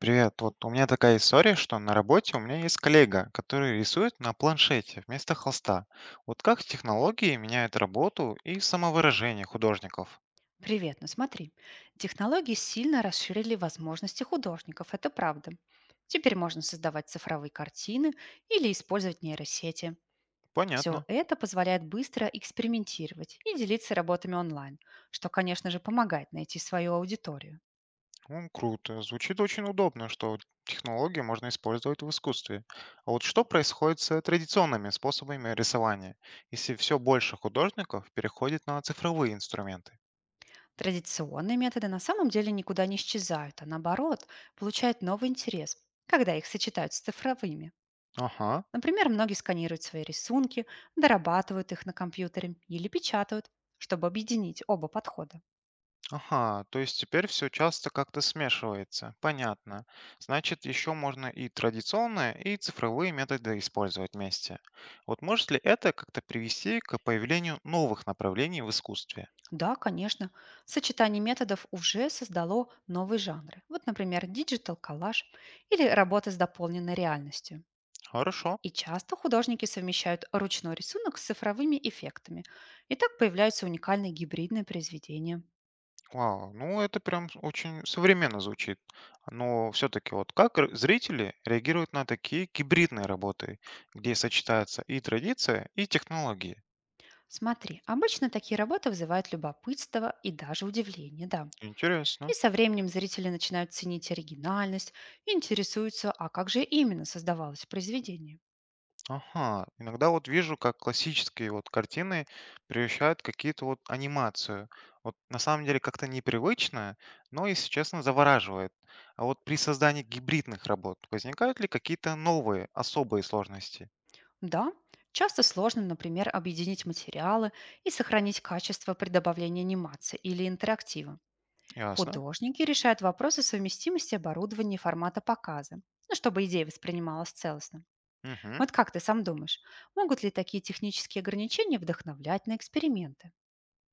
Привет. Вот у меня такая история, что на работе у меня есть коллега, который рисует на планшете вместо холста. Вот как технологии меняют работу и самовыражение художников? Привет, ну смотри, технологии сильно расширили возможности художников, это правда. Теперь можно создавать цифровые картины или использовать нейросети. Все Понятно. это позволяет быстро экспериментировать и делиться работами онлайн, что, конечно же, помогает найти свою аудиторию. Ну, круто. Звучит очень удобно, что технологии можно использовать в искусстве. А вот что происходит с традиционными способами рисования, если все больше художников переходит на цифровые инструменты? Традиционные методы на самом деле никуда не исчезают, а наоборот, получают новый интерес, когда их сочетают с цифровыми. Ага. Например, многие сканируют свои рисунки, дорабатывают их на компьютере или печатают, чтобы объединить оба подхода. Ага, то есть теперь все часто как-то смешивается. Понятно. Значит, еще можно и традиционные, и цифровые методы использовать вместе. Вот может ли это как-то привести к появлению новых направлений в искусстве? Да, конечно, сочетание методов уже создало новые жанры. Вот, например, диджитал коллаж или работа с дополненной реальностью. Хорошо. И часто художники совмещают ручной рисунок с цифровыми эффектами. И так появляются уникальные гибридные произведения. Вау, ну это прям очень современно звучит. Но все-таки вот зрители реагируют на такие гибридные работы, где сочетаются и традиция, и технологии? Смотри, обычно такие работы вызывают любопытство и даже удивление, да. Интересно. И со временем зрители начинают ценить оригинальность и интересуются, а как же именно создавалось произведение. Ага, иногда вот вижу, как классические вот картины превращают в какие-то вот анимацию. Вот на самом деле как-то непривычно, но, если честно, завораживает. А вот при создании гибридных работ возникают ли какие-то новые, особые сложности? Да, часто сложно, например, объединить материалы и сохранить качество при добавлении анимации или интерактива. Ясно. Художники решают вопросы совместимости оборудования и формата показа, ну, чтобы идея воспринималась целостно. Мгм. Вот как ты сам думаешь, могут ли такие технические ограничения вдохновлять на эксперименты?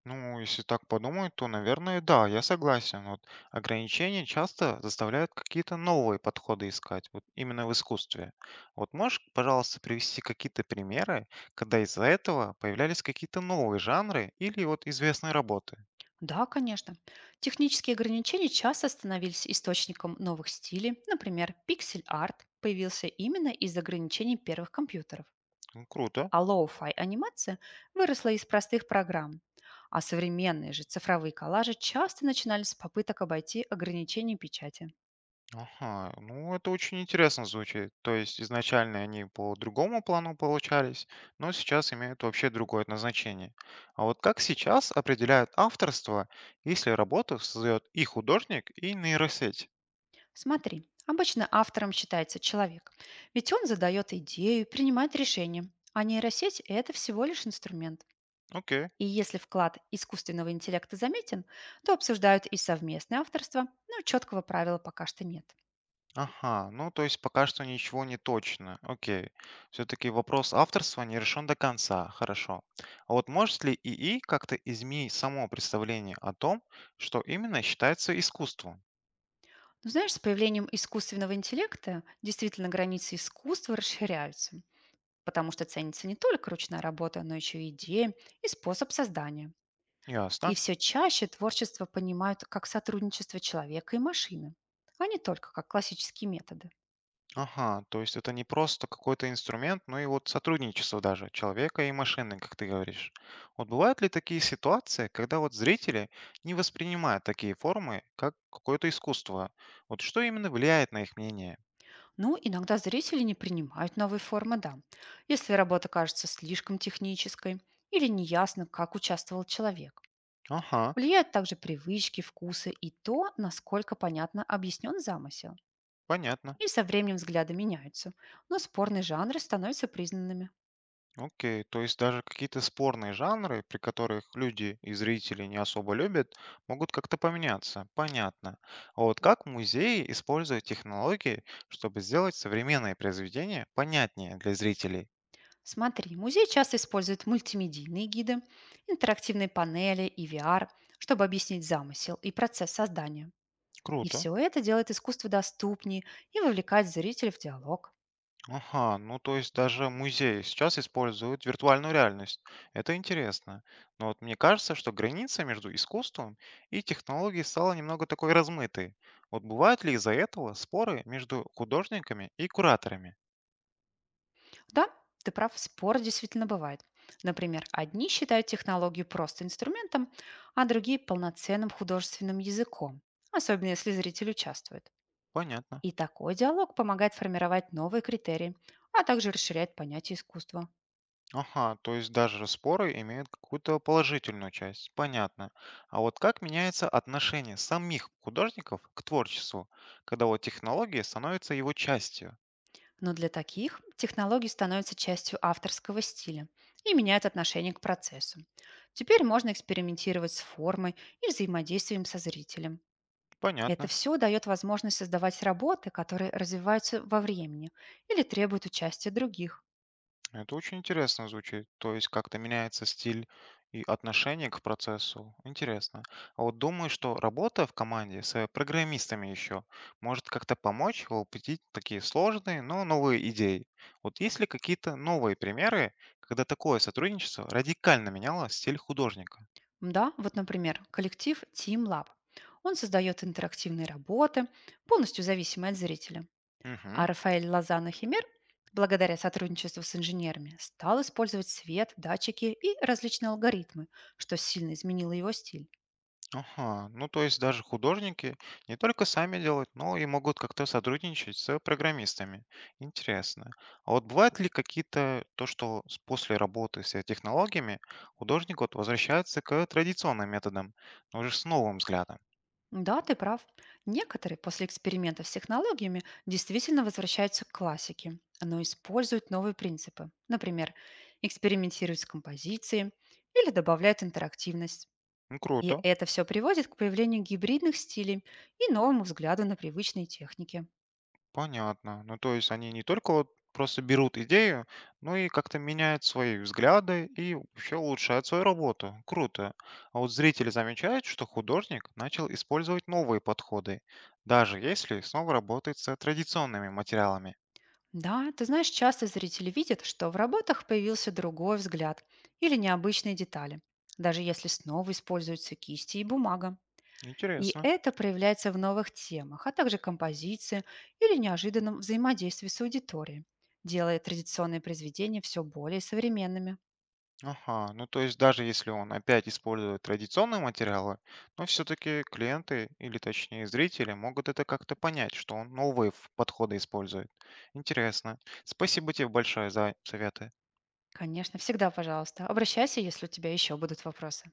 Ну, если так подумать, то, наверное, да, я согласен. Вот ограничения часто заставляют какие-то новые подходы искать, вот именно в искусстве. Вот можешь, пожалуйста, привести какие-то примеры, когда из-за этого появлялись какие-то новые жанры или вот известные работы? Да, конечно. Технические ограничения часто становились источником новых стилей. Например, пиксель-арт появился именно из ограничений первых компьютеров, Ну, круто. а лоу-фай анимация выросла из простых программ. А современные же цифровые коллажи часто начинались с попыток обойти ограничения печати. Ага, ну это очень интересно звучит. То есть изначально они по другому плану получались, но сейчас имеют вообще другое назначение. А вот как сейчас определяют авторство, если работу создает и художник, и нейросеть? Смотри, обычно автором считается человек, ведь он задает идею, принимает решения, а нейросеть– это всего лишь инструмент. Окей. И если вклад искусственного интеллекта заметен, то обсуждают и совместное авторство, но четкого правила пока что нет. Ага, ну то есть пока что ничего не точно. Окей. Все-таки вопрос авторства не решен до конца. Хорошо. А вот может ли ИИ как-то изменить само представление о том, что именно считается искусством? Но знаешь, с появлением искусственного интеллекта действительно границы искусства расширяются, потому что ценится не только ручная работа, но еще и идея и способ создания. И Ясно. все чаще творчество понимают как сотрудничество человека и машины, а не только как классические методы. Ага, то есть это не просто какой-то инструмент, но и вот сотрудничество даже человека и машины, как ты говоришь. Вот бывают ли такие ситуации, когда вот зрители не воспринимают такие формы как какое-то искусство? Вот что именно влияет на их мнение? Ну, иногда зрители не принимают новые формы, да, если работа кажется слишком технической или неясно, как участвовал человек. Ага, Влияют также привычки, вкусы и то, насколько понятно объяснен замысел. понятно. И со временем взгляды меняются, но спорные жанры становятся признанными. Окей, то есть даже какие-то спорные жанры, при которых люди и зрители не особо любят, могут как-то поменяться. Понятно. А вот как музеи используют технологии, чтобы сделать современные произведения понятнее для зрителей? Смотри, музей часто использует мультимедийные гиды, интерактивные панели и VR, чтобы объяснить замысел и процесс создания. И Круто. все это делает искусство доступнее и вовлекает зрителей в диалог. Ага, ну то есть даже музеи сейчас используют виртуальную реальность. Это интересно. Но вот мне кажется, что граница между искусством и технологией стала немного такой размытой. Вот бывают ли из-за этого споры между художниками и кураторами? Да, ты прав, спор действительно бывает. Например, одни считают технологию просто инструментом, а другие– полноценным художественным языком, особенно если зритель участвует. Понятно. И такой диалог помогает формировать новые критерии, а также расширяет понятие искусства. Ага, то есть даже споры имеют какую-то положительную часть. Понятно. А вот как меняется отношение самих художников к творчеству, когда вот технология становится его частью? Но для таких технологии становятся частью авторского стиля и меняют отношение к процессу. Теперь можно экспериментировать с формой и взаимодействием со зрителем. Это Понятно. все дает возможность создавать работы, которые развиваются во времени или требуют участия других. Это очень интересно звучит. То есть как-то меняется стиль и отношение к процессу. Интересно. А вот думаю, что работа в команде с программистами еще может как-то помочь воплотить такие сложные, но новые идеи. Вот есть ли какие-то новые примеры, когда такое сотрудничество радикально меняло стиль художника? Да, вот, например, коллектив Team Lab. Он создает интерактивные работы, полностью зависимые от зрителя. Мгм. А Рафаэль Лозано Химер, благодаря сотрудничеству с инженерами, стал использовать свет, датчики и различные алгоритмы, что сильно изменило его стиль. Ага, ну то есть даже художники не только сами делают, но и могут как-то сотрудничать с программистами. Интересно. А вот бывает ли какие-то то, что после работы с технологиями художник вот возвращается к традиционным методам, но уже с новым взглядом? Да, ты прав. Некоторые после экспериментов с технологиями действительно возвращаются к классике, но используют новые принципы. Например, экспериментируют с композицией или добавляют интерактивность. Ну И круто. это все приводит к появлению гибридных стилей и новому взгляду на привычные техники. Понятно. Ну, то есть они не только вот просто берут идею, но и как-то меняют свои взгляды и вообще улучшают свою работу. Круто. А вот зрители замечают, что художник начал использовать новые подходы, даже если снова работает с традиционными материалами. Да, ты знаешь, часто зрители видят, что в работах появился другой взгляд или необычные детали, даже если снова используются кисти и бумага. И Интересно. это проявляется в новых темах, а также композиции или неожиданном взаимодействии с аудиторией, делая традиционные произведения все более современными. Ага, ну то есть даже если он опять использует традиционные материалы, но все-таки клиенты или точнее зрители могут это как-то понять, что он новые подходы использует. Интересно. Спасибо тебе большое за советы. Конечно, всегда, пожалуйста, обращайся, если у тебя еще будут вопросы.